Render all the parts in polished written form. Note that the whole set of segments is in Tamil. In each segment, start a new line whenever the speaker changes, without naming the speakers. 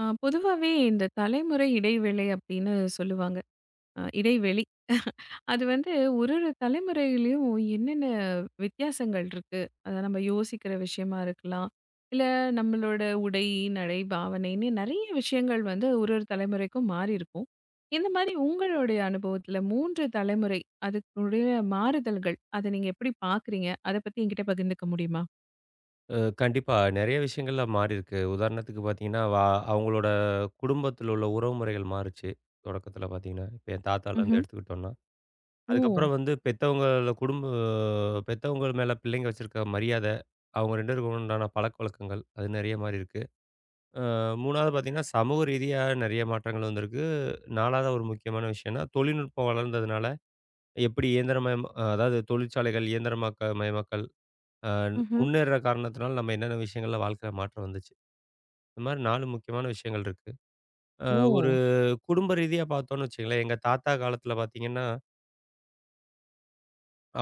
பொதுவாவே இந்த தலைமுறை இடைவேளை அப்படின்னு சொல்லுவாங்க. இடைவெளி. அது வந்து ஒரு ஒரு தலைமுறையிலயும் என்னென்ன வித்தியாசங்கள் இருக்கு. அத நம்ம யோசிக்கிற விஷயமா இருக்கலாம். இல்ல நம்மளோட உடை, நடை, பாவனைன்னு நெறைய விஷயங்கள் வந்து ஒரு ஒரு தலைமுறைக்கும் மாறி இருக்கும். இந்த மாரி உங்களுடைய அனுபவத்துல 3 தலைமுறை அதுக்குடைய மாறுதல்கள் அத நீங்க எப்படி பார்க்குறீங்க? அத பத்தி என்கிட்ட பகிர்ந்துக்க முடியுமா?
கண்டிப்பா. நெறைய விஷயங்கள்ல மாறியிருக்கு. உதாரணத்துக்கு பார்த்தீங்கன்னா, அவங்களோட குடும்பத்தில உள்ள உறவுமுறைகள் மாறுச்சு. தொடக்கத்தில பார்த்தீங்கன்னா, இப்ப என் தாத்தாலருந்து
ம்ஹ்ம்.
எடுத்துக்கிட்டோம்னா.
ஓ!
அதுக்கப்புறம் வந்து பெத்தவங்கள் மேல பிள்ளைங்க வச்சிருக்க மரியாத, அவங்க 2 பேருக்கும் உண்டான பழக்கவழக்கங்கள், அது நெறைய மாறியிருக்கு. அ 3வது பார்த்தீங்கன்னா, சமூக ரீதியா நெறைய மாற்றங்கள் வந்திருக்கு. 4வது ஒரு முக்கியமான விஷயம்னா, தொழில்நுட்பம் வளர்ந்ததுனால, எப்படி இயந்திரமயம் அதாவது தொழிற்சாலைகள் இயந்திரமாக்க மயமாக்கல் அ
ம்ஹ்ம்.
முன்னேறுற காரணத்தினால நம்ம என்னென்ன விஷயங்கள்ல வாழ்க்கையில மாற்றம் வந்துச்சு. இந்த மாரி 4 முக்கியமான விஷயங்கள் இருக்கு. அ ஒரு
ஓ!
குடும்ப ரீதியா பார்த்தோம்னு வச்சுக்கங்களேன், எங்க தாத்தா காலத்தில பார்த்தீங்கன்னா,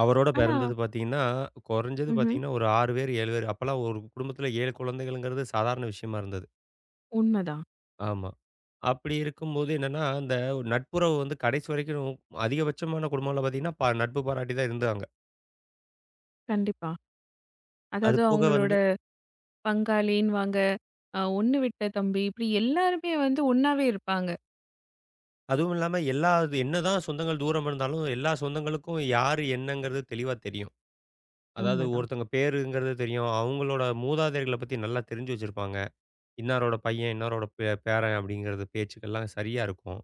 அவரோட
ஆனா
பிறந்தது பார்த்தீங்கன்னா, குறைஞ்சது
ம்ஹ்ம்.
பார்த்தீங்கன்னா ஒரு 6 பேர், 7 பேர். அப்பலாம் ஒரு குடும்பத்தில 7 குழந்தைகள்ங்கிறது சாதாரண விஷயமா இருந்தது.
உண்மதான்.
ஆமா. அப்படி இருக்கும்போது என்னன்னா, அந்த நட்புறவு வந்து கடைசி வரைக்கும் அதிகபட்சமான குடும்பம்ல பார்த்தீங்கன்னா, நட்பு பாராட்டி தான் இருந்தாங்க.
கண்டிப்பா.
அது
அதாவது
போக
அவங்களோட
வந்து
பங்காளின்னுவாங்க, ஒண்ணு விட்ட தம்பி, இப்படி எல்லாருமே வந்து ஒண்ணாவே இருப்பாங்க.
அதுவும் இல்லாம எல்லா என்னதான் சொந்தங்கள் தூரம் இருந்தாலும், எல்லா சொந்தங்களுக்கும் யாரு என்னங்கிறது தெளிவா தெரியும். அதாவது
உண்மதான்.
ஒருத்தவங்க பேருங்கிறது தெரியும். அவங்களோட மூதாதையர்கள பத்தி நல்லா தெரிஞ்சு வச்சிருப்பாங்க. இன்னாரோட பையன், இன்னாரோட பேரன் அப்படிங்கிறது பேச்சுக்கள்லாம் சரியா இருக்கும்.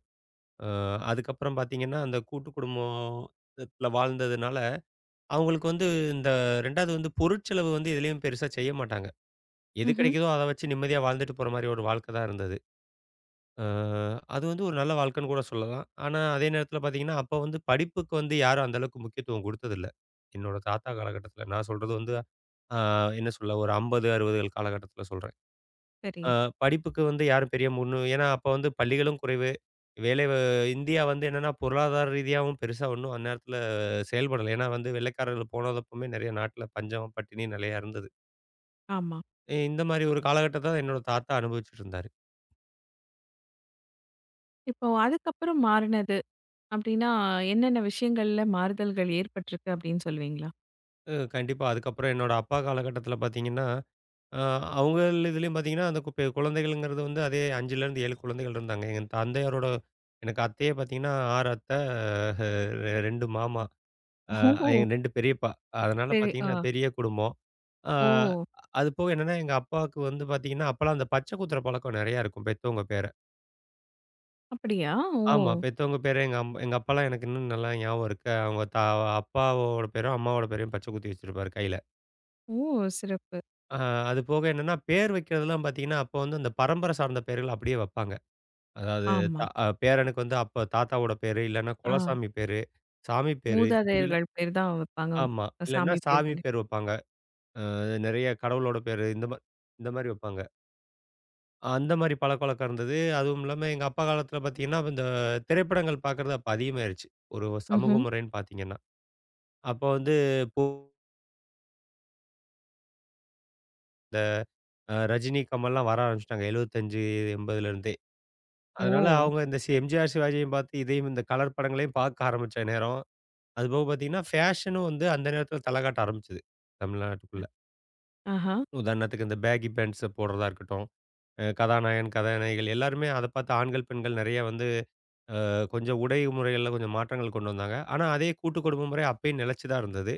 அ அதுக்கப்புறம் பார்த்தீங்கன்னா, அந்த கூட்டு குடும்பத்துல வாழ்ந்ததுனால, அவங்களுக்கு வந்து இந்த 2வது வந்து பொருட்செலவு வந்து எதுலயும் பெருசா செய்ய மாட்டாங்க. எது
ம்ஹ்ம்.
கிடைக்குதோ அத வச்சு நிம்மதியா வாழ்ந்துட்டு போற மாரி ஒரு வாழ்க்கை தான் இருந்தது. அ அது வந்து ஒரு நல்ல வாழ்க்கைன்னு கூட சொல்லலாம். ஆனா, அதே நேரத்துல பார்த்தீங்கன்னா, அப்ப வந்து படிப்புக்கு வந்து யாரும் அந்த அளவுக்கு முக்கியத்துவம் குடுத்ததில்ல. என்னோட தாத்தா காலகட்டத்துல. நான் சொல்றது வந்து ஆ என்ன சொல்ல ஒரு 50, 60கள் காலகட்டத்தில சொல்றேன்.
சரி.
அ படிப்புக்கு வந்து யாரும் பெரிய முன்னு ஏன்னா அப்ப வந்து பள்ளிகளும் குறைவு. வேலை வ இந்தியா வந்து என்னன்னா பொருளாதார ரீதியாவும் பெருசா ஒண்ணும் அந்நேரத்தில செயல்படல. ஏன்னா வந்து வெள்ளைக்காரர்கள் போனதப்பமே நெறைய நாட்ல பஞ்சம், பட்டினி நெறையா இருந்தது.
ஆமா.
இந்த மாரி ஒரு காலகட்டத்த என்னோட தாத்தா அனுபவிச்சுட்டு இருந்தாரு.
இப்போ அதுக்கப்புறம் மாறுனது அப்படின்னா, என்னென்ன விஷயங்கள்ல மாறுதல்கள் ஏற்பட்டிருக்கு அப்படின்னு சொல்லுவீங்களா?
கண்டிப்பா அதுக்கப்புறம் என்னோட அப்பா காலகட்டத்தில பார்த்தீங்கன்னா அ அவங்கள் இதுலயும் பார்த்தீங்கன்னா, அந்த குப்பை குழந்தைகள்ங்கிறது வந்து அதே 5லேருந்து 7 குழந்தைகள் இருந்தாங்க. எங்க தந்தையாரோட எனக்கு அத்தையே பார்த்தீங்கன்னா, 6 அத்தை, 2 மாமா, எங்க
ஓ!
2 பெரியப்பா. அதனால
சரி. ஆ.
பார்த்தீங்கன்னா, பெரிய குடும்பம். அ
ஓ!
அது போக என்னன்னா, எங்க அப்பாவுக்கு வந்து பார்த்தீங்கன்னா, அப்பலாம் அந்த பச்சை குத்துற பழக்கம் நெறையா இருக்கும், பெத்தவங்க பேர.
அப்படியா? ஓ!
ஆமா, பெத்தவங்க பேர எங்க அப்பாலாம் எனக்கு இன்னும் நல்லா ஞாபகம் இருக்கு. அவங்க தா அப்பாவோட பேரும், அம்மாவோட பேரையும் பச்சை குத்தி வச்சிருப்பாரு கையில.
ஓ! சிறப்பு.
அ அது போக என்னன்னா, பேர் வைக்கிறதெல்லாம் பார்த்தீங்கன்னா, அப்போ வந்து அந்த பரம்பரை சார்ந்த பேர்கள் அப்படியே வைப்பாங்க. அதாவது த
ஆமா.
அ பேரனுக்கு வந்து அப்ப தாத்தாவோட பேரு, இல்லன்னா
ஆ.
குலசாமி பேரு, சாமி பேரு இப்படிலாம்
மூதாதையர்கள் பேர் தான் வைப்பாங்க.
ஆமா. இல்லன்னா
சாமி
சாமி
பேர்களே.
பேர் வைப்பாங்க. அ நெறைய கடவுளோட பேரு இந்த மாரி வைப்பாங்க. அந்த மாரி பழக்கவழக்கம் இருந்தது. அதுவும் இல்லாம எங்க அப்பா காலத்துல பார்த்தீங்கன்னா, இந்த திரைப்படங்கள் பார்க்கறது அப்ப அதிகமாயிருச்சு. ஒரு சமூக
ம்ஹ்ம்.
முறைன்னு பார்த்தீங்கன்னா. அப்ப வந்து இப்போ இந்த அ ரஜினி, கமல்லாம் வர ஆரம்பிச்சுட்டாங்க. 75, 80ல இருந்தே. அதனால
ஓ!
அவங்க இந்த எம்ஜிஆர், சிவாஜியும் பார்த்து இதையும் இந்த கலர் படங்களையும் பார்க்க ஆரம்பிச்ச நேரம் அதுபோக பார்த்தீங்கன்னா, ஃபேஷனும் வந்து அந்த நேரத்தில தல காட்ட ஆரம்பிச்சது. தமிழ்நாட்டுக்குள்ள.
ஆஹா.
உதாரணத்துக்கு இந்த பேகி பேண்ட்ஸ போடுறதா இருக்கட்டும், கதாநாயகன், கதாநாயகிகள் எல்லாருமே அத பார்த்து ஆண்கள், பெண்கள் நெறைய வந்து கொஞ்சம் உடை முறைகள்ல கொஞ்சம் மாற்றங்கள் கொண்டு வந்தாங்க. ஆனா அதே கூட்டு குடும்ப முறை அப்பயும் நிலைச்சு தான் இருந்தது.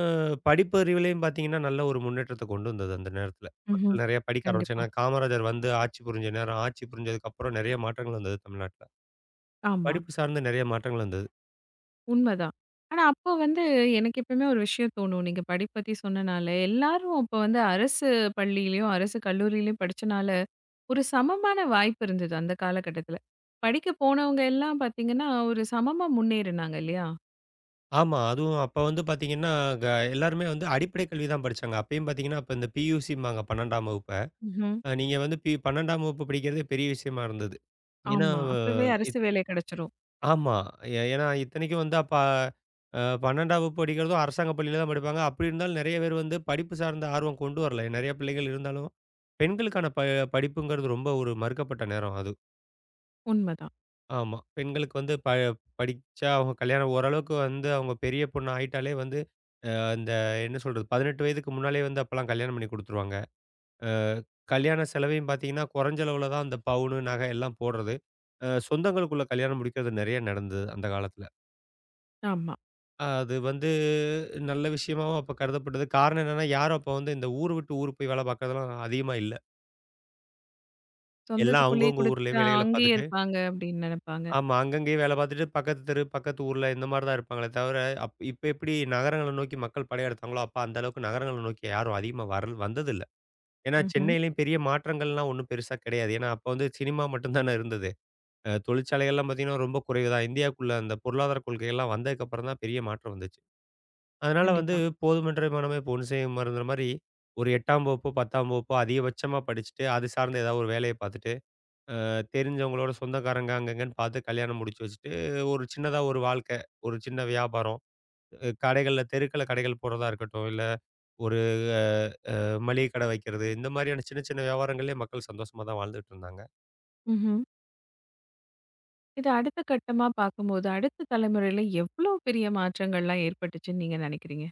அ படிப்பு அறிவிலயும் பார்த்தீங்கன்னா, நல்ல ஒரு முன்னேற்றத்த கொண்டு வந்தது அந்த நேரத்தில.
ம்ஹ்ம்.
மக்கள் நெறைய படிக்க ஆரம்பிச்சாங்க.
கண்டிப்பா.
ஏன்னா காமராஜர் வந்து ஆட்சி புரிஞ்ச நேரம். ஆட்சி புரிஞ்சதுக்கப்புறம் நெறைய மாற்றங்கள் வந்தது தமிழ்நாட்ல.
ஆமா.
படிப்பு சார்ந்த நெறைய மாற்றங்கள் வந்தது.
உண்மதான். ஆனா, அப்போ வந்து எனக்கு எப்பயுமே ஒரு விஷயம் தோணும். நீங்க படிப்பு பத்தி சொன்னனால, எல்லாரும் அப்போ வந்து அரசு பள்ளியிலயும், அரசு கல்லூரியிலயும் படிச்சனால, ஒரு சமமான வாய்ப்பு இருந்தது அந்த காலகட்டத்தில. படிக்க போனவங்க எல்லாம் பார்த்தீங்கன்னா, ஒரு சமமா முன்னேறுனாங்க இல்லையா?
ஆமா. அதுவும் அப்ப வந்து பார்த்தீங்கன்னா, க எல்லாருமே வந்து அடிப்படை கல்வி தான் படிச்சாங்க. அப்பயும் பார்த்தீங்கன்னா, அப்ப இந்த பியூசிம்பாங்க 12ஆம் வகுப்ப.
ம்ஹ்ம்.
நீங்க வந்து 12ஆம் வகுப்பு படிக்கிறதே பெரிய விஷயமா இருந்தது. ஏன்னா
ஆமா. அப்பவே
இத்
அரசு வேலை கிடைச்சிரும்.
ஆமா. ஏன்னா இத்தனைக்கும் வந்து அப்ப 12ஆம் வகுப்பு படிக்கிறதும் அரசாங்க பள்ளியில தான் படிப்பாங்க. அப்படி இருந்தாலும் நெறைய பேர் வந்து படிப்பு சார்ந்த ஆர்வம் கொண்டு வரல. நெறைய பிள்ளைகள் இருந்தாலும், பெண்களுக்கான ப படிப்புங்கிறது ரொம்ப ஒரு மறுக்கப்பட்ட நேரம் அது.
உண்மதான்.
ஆமா. பெண்களுக்கு வந்து படிச்சா அவங்க கல்யாணம் ஓரளவுக்கு வந்து அவங்க பெரிய பொண்ணு ஆயிட்டாலே வந்து அந்த என்ன சொல்றது? 18 வயதுக்கு முன்னாலயே வந்து அப்பலாம் கல்யாணம் பண்ணி குடுத்துருவாங்க. அ கல்யாண செலவையும் பார்த்தீங்கன்னா, குறைஞ்ச அளவுல தான் அந்த பவுனு, நகை எல்லாம் போடுறது. சொந்தங்களுக்குள்ள கல்யாணம் முடிக்கிறது நெறைய நடந்தது அந்த காலத்துல.
ஆமா.
அது வந்து நல்ல விஷயமாவும் அப்ப கருதப்பட்டது. காரணம் என்னன்னா, யாரும் அப்ப வந்து இந்த ஊரு விட்டு ஊர் போய் வேல பார்க்கறதெல்லாம் அதிகமா இல்ல. எல்லாம்
சொந்தத்துக்குள்ளேயே
அவங்கவங்க ஊர்லயே
குடுத்துட்டா
வேலைகள
அங்கேயே
பார்த்துட்டு
இருப்பாங்க அப்படின்னு நினைப்பாங்க.
ஆமா. அங்கங்கேயே வேல பார்த்துட்டு, பக்கத்து தெரு, பக்கத்து ஊர்ல இந்த மாரி தான் இருப்பாங்களே தவிர, இப்ப எப்படி நகரங்கள நோக்கி மக்கள் படையெடுத்தாங்களோ, அப்ப அந்த அளவுக்கு நகரங்கள நோக்கி யாரும் அதிகமா வந்ததில்ல. ஏன்னா,
ம்ஹ்ம்.
சென்னையிலயும் பெரிய மாற்றங்கள்லாம் ஒண்ணும் பெருசா கிடையாது. ஏன்னா, அப்ப வந்து சினிமா மட்டும் தானே இருந்தது. தொழிற்சாலைகள்லாம் பார்த்தீங்கன்னா, ரொம்ப குறைவு தான். இந்தியாக்குள்ள அந்த பொருளாதார கொள்கைகள்லாம் வந்ததுக்கப்புறம் தான் பெரிய மாற்றம் வந்துச்சு. அதனால வந்து
கண்டிப்பா.
"போதுமென்ற மனமே பொன் செய்யுமருங்கிற" மாரி ஒரு 8ஆம் வகுப்போ, 10ஆம் வகுப்போ அதிகபட்சமா படிச்சுட்டு, அது சார்ந்த ஏதாவது ஒரு வேலைய பார்த்துட்டு, தெரிஞ்சவங்களோட சொந்தக்காரங்க அங்க இங்கன்னு பார்த்து கல்யாணம் முடிச்சு வச்சுட்டு, ஒரு சின்னதா ஒரு வாழ்க்கை. ஒரு சின்ன வியாபாரம். கடைகள்ல தெருக்கள்ல கடைகள் போடுறதா இருக்கட்டும், இல்ல ஒரு அ அ மளிகை கடை வைக்கிறது, இந்த மாதிரியான சின்ன சின்ன வியாபாரங்கள்லயே மக்கள் சந்தோஷமா தான் வாழ்ந்துட்டு இருந்தாங்க.
ம்ஹ்ம். இது அடுத்த கட்டமா பார்க்கும்போது, அடுத்த தலைமுறையில எவ்வளோ பெரிய மாற்றங்கள்லாம் ஏற்பட்டுச்சுன்னு நீங்க நினைக்கிறீங்க?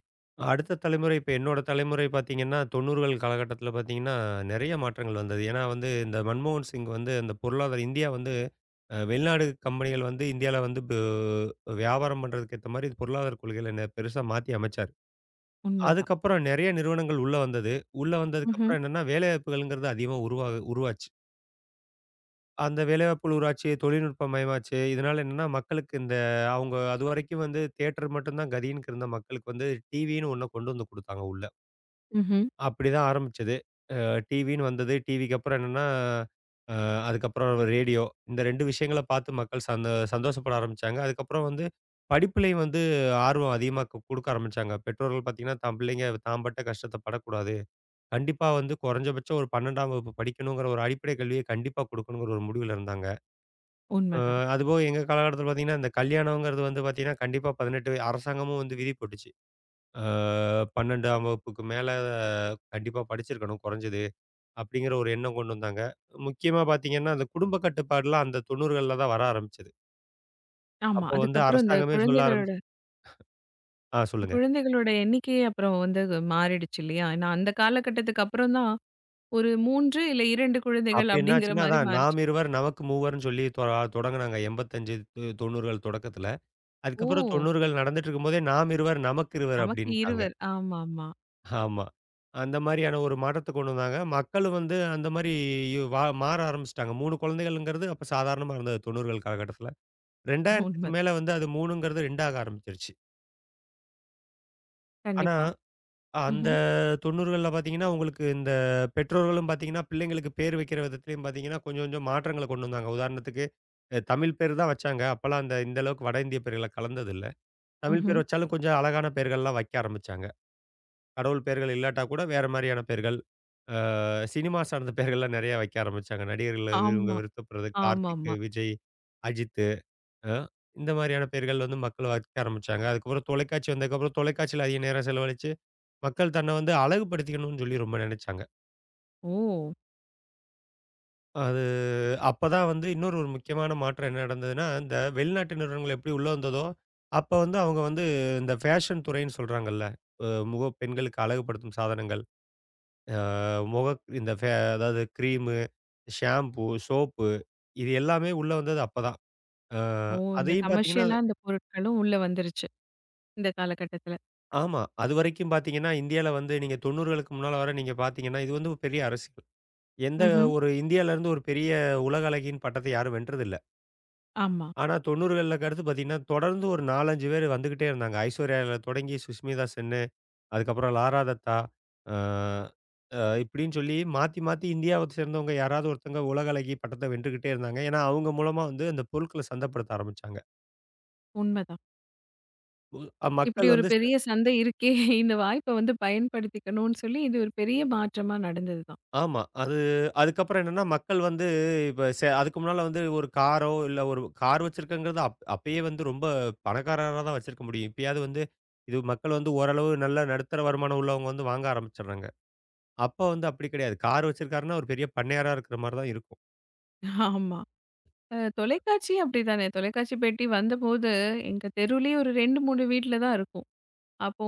அடுத்த தலைமுறை இப்ப என்னோட தலைமுறை பார்த்தீங்கன்னா, 90கள் காலகட்டத்தில பார்த்தீங்கன்னா, நெறைய மாற்றங்கள் வந்தது. ஏன்னா வந்து இந்த மன்மோகன் சிங் வந்து அந்த பொருளாதார இந்தியா வந்து வெளிநாடு கம்பெனிகள் வந்து இந்தியால வந்து வியாபாரம் பண்றதுக்கு ஏத்த மாரி பொருளாதார கொள்கைகள பெருசா மாத்தி அமைச்சாரு.
உண்மதான்.
அதுக்கப்புறம் நெறைய நிறுவனங்கள் உள்ள வந்தது. உள்ள
ம்ஹ்ம்.
வந்ததுக்கப்புறம் என்னன்னா, வேலைவாய்ப்புகள்ங்கிறது அதிகமா உருவா உருவாச்சு. அந்த வேலைவாய்ப்புகள் உருவாச்சு, தொழில்நுட்பமயமாச்சு. இதனால என்னன்னா, மக்களுக்கு இந்த அவங்க அதுவரைக்கும் வந்து தியேட்டர் மட்டும்தான் கதின்னு இருந்த மக்களுக்கு வந்து டிவின்னு ஒண்ண கொண்டு வந்து குடுத்தாங்க உள்ள.
ம்ஹ்ம்.
அப்படிதான் ஆரம்பிச்சது. அ டிவின்னு வந்தது. டிவிக்கு அப்புறம் என்னன்னா, அ அதுக்கப்புறம் ரேடியோ. இந்த 2 விஷயங்கள பார்த்து மக்கள் சந்தோஷப்பட ஆரம்பிச்சாங்க. அதுக்கப்புறம் வந்து படிப்புலயும் வந்து ஆர்வம் அதிகமா குடுக்க ஆரம்பிச்சாங்க. பெற்றோர்கள் பார்த்தீங்கன்னா, தான் பிள்ளைங்க தான் பட்ட கஷ்டத்த படக்கூடாது. கண்டிப்பா வந்து குறைஞ்சபட்சம் ஒரு 12ஆம் வகுப்பு படிக்கணுங்கிற ஒரு அடிப்படை கல்விய கண்டிப்பா குடுக்கணுங்கிற ஒரு முடிவுல இருந்தாங்க. அ
உண்மதான்.
அதுபோக எங்க காலகட்டத்தில பார்த்தீங்கன்னா, இந்த கல்யாணங்கிறது வந்து பார்த்தீங்கன்னா, கண்டிப்பா 18 வய அரசாங்கமும் வந்து விதி போட்டுச்சு. அ 12ஆம் வகுப்புக்கு மேல கண்டிப்பா படிச்சிருக்கணும் குறைஞ்சது, அப்படிங்கிற ஒரு எண்ணம் கொண்டு வந்தாங்க. முக்கியமா பார்த்தீங்கன்னா, அந்த குடும்ப கட்டுப்பாடுலாம் அந்த 90கள்ல தான் வர ஆரம்பிச்சது.
ஆமா.
அப்போ வந்து
அதுக்கப்புறம் இந்த
அரசாங்கமே சொல்ல
குழந்தைகளோட
ஆரம்பிச்சு சொல்லுங்க.
குழந்தைகளோட எண்ணிக்கையே அப்புறம் வந்து அது மாறிடுச்சு இல்லையா? நான் அந்த காலகட்டத்துக்கு அப்புறம் தான் ஒரு 3 இல்ல 2
அப்ப
குழந்தைகள் அப்படிங்கிற
என்னாச்சுன்னா,
மாரி
அதான்
மாறிச்சு.
நாம் இருவர் நமக்கு மூவர்ன்னு சொல்லி தொடங்குனாங்க 85 து 90கள் தொடக்கத்தில. அதுக்கப்புறம்
ஓ!
90கள் நடந்துட்டு இருக்கும்போதே நாம் இருவர் நமக்கு இருவர்
நமக்கு
அப்படின்ட்டாங்க.
இருவர். ஆமாமா.
ஆமா. அந்த மாரியான ஒரு மாற்றத்த கொண்டு வந்தாங்க. மக்களும் வந்து அந்த மாரி யு வா மாற ஆரம்பிச்சுட்டாங்க. 3 குழந்தைகள்ங்கிறது அப்ப சாதாரணமா இருந்தது 90கள் காலகட்டத்தில. 2000க்கு
உண்ம.
மேல வந்து அது 3ங்கிறது 2 ஆக ஆரம்பிச்சுருச்சு. ஆனா,
கண்டிப்பா.
அந்த
ம்ஹ்ம்.
90கள்ல பார்த்தீங்கன்னா, உங்களுக்கு இந்த பெற்றோர்களும் பார்த்தீங்கன்னா, பிள்ளைங்களுக்கு பேர் வைக்கிற விதத்திலயும் பார்த்தீங்கன்னா, கொஞ்சம் கொஞ்சம் மாற்றங்கள கொண்டு வந்தாங்க. உதாரணத்துக்கு, தமிழ் பேர் தான் வச்சாங்க. அப்பலாம் அந்த இந்த அளவுக்கு வட இந்திய பேர்கள்லாம் கலந்ததில்ல. தமிழ்
ம்ஹ்ம்.
பேர் வச்சாலும் கொஞ்சம் அழகான பெயர்கள்லாம் வைக்க ஆரம்பிச்சாங்க. கடவுள் பெயர்கள் இல்லாட்டா கூட வேற மாரியான பெயர்கள். அ சினிமா சார்ந்த பெயர்கள்லாம் நெறைய வைக்க ஆரம்பிச்சாங்க. நடிகர்கள இவங்க
ஆமா.
விருத்தப்படுறது கார்த்திக்,
ஆமாமா.
விஜய், அஜித் அ இந்த மாரியான பெயர்கள் வந்து மக்கள் வைக்க ஆரம்பிச்சாங்க. அதுக்கப்புறம் தொலைக்காட்சி வந்ததுக்கப்புறம் தொலைக்காட்சியில அதிக நேரம் செலவழிச்சு, மக்கள் தன்னை வந்து அழகுபடுத்திக்கணும்னு சொல்லி ரொம்ப நெனைச்சாங்க.
ஓ!
அது அப்பதான் வந்து இன்னொரு முக்கியமான மாற்றம் என்ன நடந்ததுன்னா, இந்த வெளிநாட்டு நிறுவனங்கள் எப்படி உள்ள வந்ததோ, அப்ப வந்து அவங்க வந்து இந்த ஃபேஷன் துறைன்னு சொல்றாங்கல்ல. அ முக பெண்களுக்கு அழகுபடுத்தும் சாதனங்கள். ஆ முக இந்த ஃபே அதாவது கிரீமு, ஷாம்பு, சோப்பு இது எல்லாமே உள்ள வந்தது அப்பதான். ஆ
ஓ! இந்த
அதையும் பார்த்தீங்கன்னா
கமர்ஷியலா இந்த பொருட்களும் உள்ள வந்துருச்சு. இந்த காலகட்டத்துல.
ஆமா. அதுவரைக்கும் பார்த்தீங்கன்னா, இந்தியால வந்து நீங்க 90களுக்கு முன்னால வர நீங்க பார்த்தீங்கன்னா, இது வந்து ஒரு பெரிய அரசியல். எந்த
ம்ஹ்ம்.
ஒரு இந்தியாலருந்து ஒரு பெரிய உலக அழகியின் பட்டத்த யாரும் வென்றதில்ல.
ஆமா.
ஆனா 90களுக்கு அடுத்து பார்த்தீங்கன்னா, தொடர்ந்து ஒரு 4, 5 பேர் வந்துகிட்டே இருந்தாங்க. ஐஸ்வர்யால தொடங்கி சுஷ்மிதா சென்னு அதுக்கப்புறம் லாரா தத்தா, அ அ இப்படின்னு சொல்லி மாத்தி, மாத்தி இந்தியாவ சேர்ந்தவங்க யாராவது ஒருத்தங்க உலக அழகி பட்டத்த வென்றுகிட்டே இருந்தாங்க. ஏன்னா, அவங்க மூலமா வந்து அந்த பொருட்கள சந்தப்படுத்த ஆரம்பிச்சாங்க.
உண்மதான்.
அ
இப்படி
மக்கள்
ஒரு
வந்து ச
பெரிய சந்தை இருக்கே! இந்த வாய்ப்ப வந்து பயன்படுத்திக்கணும்னு சொல்லி, இது ஒரு பெரிய மாற்றமா நடந்தது தான்.
ஆமா. அது அதுக்கப்புறம் என்னன்னா, மக்கள் வந்து இப்ப செ அதுக்கு முன்னால வந்து ஒரு காரோ, இல்ல ஒரு கார் வச்சிருக்கங்கிறது அப்பயே வந்து ரொம்ப பணக்காரரா தான் வச்சிருக்க முடியும். இப்பயாவது வந்து இது மக்கள் வந்து ஓரளவு நல்ல நடுத்தர வருமானம் உள்ளவங்க வந்து வாங்க ஆரம்பிச்சுடுறாங்க. அப்ப வந்து அப்படி கிடையாது. கார் வச்சிருக்காருன்னா, ஒரு பெரிய பண்ணையாரா இருக்கிற மாரி தான் இருக்கும்.
ஆமா. தொலைக்காட்சி அப்படித்தானே. தொலைக்காட்சி பெட்டி வந்தபோது, எங்க தெருவுலயே ஒரு 2, 3 வீட்ல தான் இருக்கும். அப்போ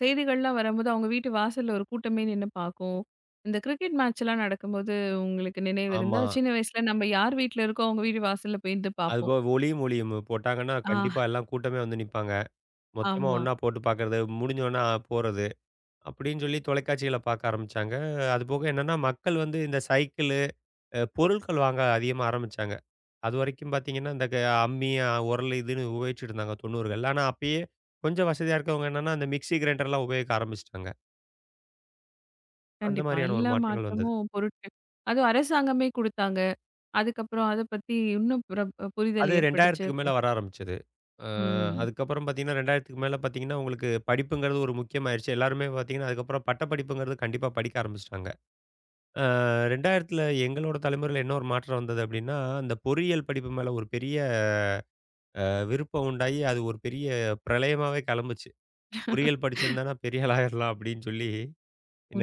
செய்திகள்லாம் வரம்போது, அவங்க வீட்டு வாசல்ல ஒரு கூட்டமே நின்னு பார்க்கும். இந்த கிரிக்கெட் மேட்ச்லாம் நடக்கும்போது, உங்களுக்கு நினைவு
ஆமா.
இருந்தா, சின்ன வயசுல நம்ம யார் வீட்ல இருக்கோ, அவங்க வீட்டு வாசல்ல போய் இருந்து பார்ப்போம்.
அதுபோக ஒளியும், ஒலியும் போட்டாங்கன்னா,
ஆ
கண்டிப்பா எல்லாம் கூட்டமே வந்து நிப்பாங்க. மொத்தமா
ஆமா.
ஒண்ணா போட்டு பார்க்கறது, முடிஞ்சோனே போறது. அப்படின்னு சொல்லி தொலைக்காட்சிகள பார்க்க ஆரம்பிச்சாங்க. அதுபோக என்னன்னா, மக்கள் வந்து இந்த சைக்கிளு, பொருட்கள் வாங்க அதிகமா ஆரம்பிச்சாங்க. அதுவரைக்கும் பார்த்தீங்கன்னா, இந்த க அம்மி, உரல் இதுன்னு உபயோகிச்சுட்டு இருந்தாங்க 90கள்ல. ஆனா அப்பயே கொஞ்சம் வசதியா இருக்கவங்க என்னன்னா, அந்த மிக்ஸி கிரைண்டர்லாம் உபயோகிக்க ஆரம்பிச்சுட்டாங்க. அந்த
கண்டிப்பா.
மாரியான ஒரு
எல்லா
மாற்றங்கள் வந்தது.
மாற்றமும் பொருட்கள் அதுவும் அரசாங்கமே குடுத்தாங்க. அதுக்கப்புறம் அத பத்தி இன்னும் புரிதல்
அது
ஏற்பட்டுச்சு.
2000க்கு மேல வர ஆரம்பிச்சது. அ
ம்.
அதுக்கப்புறம் பார்த்தீங்கன்னா, 2000க்கு மேல பார்த்தீங்கன்னா, உங்களுக்கு படிப்புங்கிறது ஒரு முக்கியமாயிருச்சு. எல்லாருமே பார்த்தீங்கன்னா, அதுக்கப்புறம் பட்ட படிப்புங்கிறது கண்டிப்பா படிக்க ஆரம்பிச்சுட்டாங்க. அ 2000த்துல எங்களோட தலைமுறையில என்ன ஒரு மாற்றம் வந்தது அப்டின்னா, அந்த பொறியியல் படிப்பு மேல ஒரு பெரிய விருப்பம் உண்டாயி, அது ஒரு பெரிய பிரளயமாவே கெளம்புச்சு. பொறியியல் படிச்சிருந்தேன்னா பெரிய ஆள் ஆயிரலாம் அப்டின்னு சொல்லி,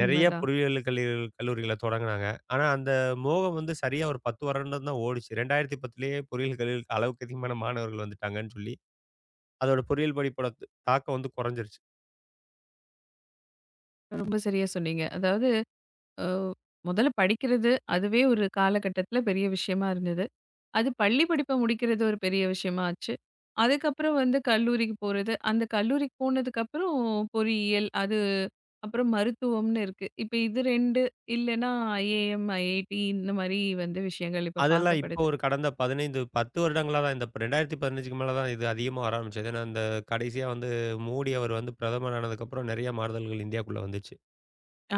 நெறைய பொறியியல் கல்லூரிகள தொடங்குனாங்க. ஆனா, அந்த மோகம் வந்து சரியா ஒரு 10 வருடம் தான் ஓடுச்சு. 2010லயே பொறியியல் கல்லூரிக்கு அளவுக்கு அதிகமான மாணவர்கள் வந்துட்டாங்கன்னு சொல்லி அதோட பொறியியல் படிப்போட த் தாக்கம் வந்து குறைஞ்சிருச்சு.
ரொம்ப சரியா சொன்னீங்க. அதாவது அ முதல்ல படிக்கிறது, அதுவே ஒரு காலகட்டத்தில பெரிய விஷயமா இருந்தது. அது பள்ளி படிப்ப முடிக்கிறது ஒரு பெரிய விஷயமா ஆச்சு. அதுக்கப்புறம் வந்து கல்லூரிக்கு போறது. அந்த கல்லூரிக்கு போனதுக்கப்புறம் பொறியியல், அது அப்புறம் மருத்துவம்னு இருக்கு. இப்ப இது 2 இல்லன்னா ஐஏஎம், ஐஐடி இந்த மாரி வந்து விஷயங்கள் இப்ப
அதெல்லாம் இப்போ
பார்க்கப்படுது.
ஒரு கடந்த 15, 10 வருடங்களா தான் இந்த 2015க்கு மேல தான் இது அதிகமா வர ஆரம்பிச்சது. ஏன்னா, இந்த கடைசியா வந்து மோடி அவர் வந்து பிரதமர் ஆனதுக்கப்புறம் நெறைய மாறுதல்கள் இந்தியாக்குள்ள வந்துச்சு.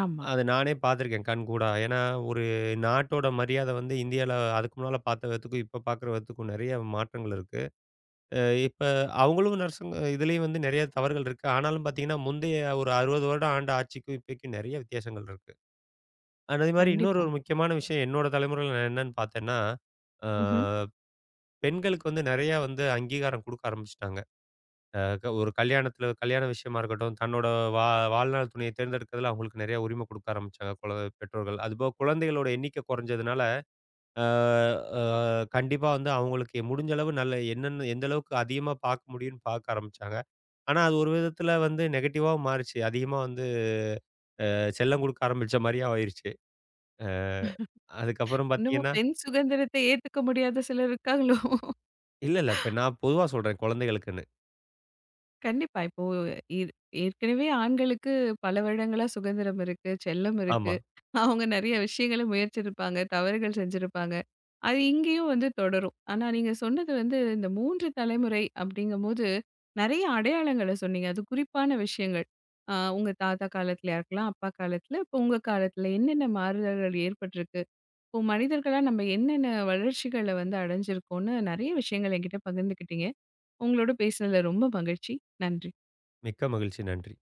ஆமா.
அது நானே பார்த்துருக்கேன் கண்கூடா. ஏன்னா, ஒரு நாட்டோட மரியாதை வந்து இந்தியால அதுக்கு முன்னால பார்த்த விதத்துக்கும், இப்ப பார்க்குற விதத்துக்கும் நெறைய மாற்றங்கள் இருக்கு. அ இப்ப அவங்களும் நர்சுங்க இதுலயும் வந்து நெறைய தவறுகள் இருக்கு. ஆனாலும் பார்த்தீங்கன்னா, முந்தைய ஒரு 60 வருடம் ஆண்ட ஆட்சிக்கும் இப்பக்கும் நெறைய வித்தியாசங்கள் இருக்கு. அதே மாரி இன்னொரு
கண்டிப்பா.
ஒரு முக்கியமான விஷயம் என்னோட தலைமுறையில நான் என்னன்னு பார்த்தேன்னா, அ
ம்ஹ்ம்.
பெண்களுக்கு வந்து நெறையா வந்து அங்கீகாரம் குடுக்க ஆரம்பிச்சுட்டாங்க. அ க ஒரு கல்யாணத்தில கல்யாண விஷயமா இருக்கட்டும், தன்னோட வா வாழ்நாள் துணைய தேர்ந்தெடுக்கிறதுல அவங்களுக்கு நெறைய உரிமை குடுக்க ஆரம்பிச்சாங்க பெற்றோர்கள். அதுபோக குழந்தைகளோட எண்ணிக்கை குறைஞ்சதுனால, அ அ கண்டிப்பா வந்து அவங்களுக்கு முடிஞ்ச அளவு நல்ல என்னென்ன எந்த அளவுக்கு அதிகமா பார்க்க முடியும்னு பார்க்க ஆரம்பிச்சாங்க. ஆனா, அது ஒரு விதத்தில வந்து நெகட்டிவாவும் மாறுச்சு. அதிகமா வந்து செல்லம் குடுக்க ஆரம்பிச்ச மாரியும் ஆயிருச்சு. அ அதுக்கப்புறம்
இன்னமும்
பார்த்தீங்கன்னா
பெண் சுதந்திரத்த ஏத்துக்க முடியாத சிலர் இருக்காங்களோ?
இல்ல, இல்ல. இப்ப நான் பொதுவா சொல்றேன் குழந்தைகளுக்குன்னு.
கண்டிப்பா. இப்போ இது ஏற்கனவே ஆண்களுக்கு பல வருடங்களா சுதந்திரம் இருக்கு, செல்லம் இருக்கு.
ஆமா.
அவங்க நெறைய விஷயங்கள முயற்சிருப்பாங்க, தவறுகள் செஞ்சிருப்பாங்க. அது இங்கேயும் வந்து தொடரும். ஆனா நீங்க சொன்னது வந்து இந்த 3 தலைமுறை அப்படிங்கும்போது, நெறைய அடையாளங்கள சொன்னீங்க. அது குறிப்பான விஷயங்கள். உங்க தாத்தா காலத்துலயா இருக்கலாம், அப்பா காலத்துல, இப்ப உங்க காலத்துல என்னென்ன மாறுதல்கள் ஏற்பட்டிருக்கு? இப்போ மனிதர்களா நம்ம என்னென்ன வளர்ச்சிகள வந்து அடைஞ்சிருக்கோம்னு நெறைய விஷயங்கள் என்கிட்ட பகிர்ந்துக்கிட்டீங்க. உங்களோட பேசினதுல ரொம்ப மகிழ்ச்சி. நன்றி.
மிக்க மகிழ்ச்சி. நன்றி.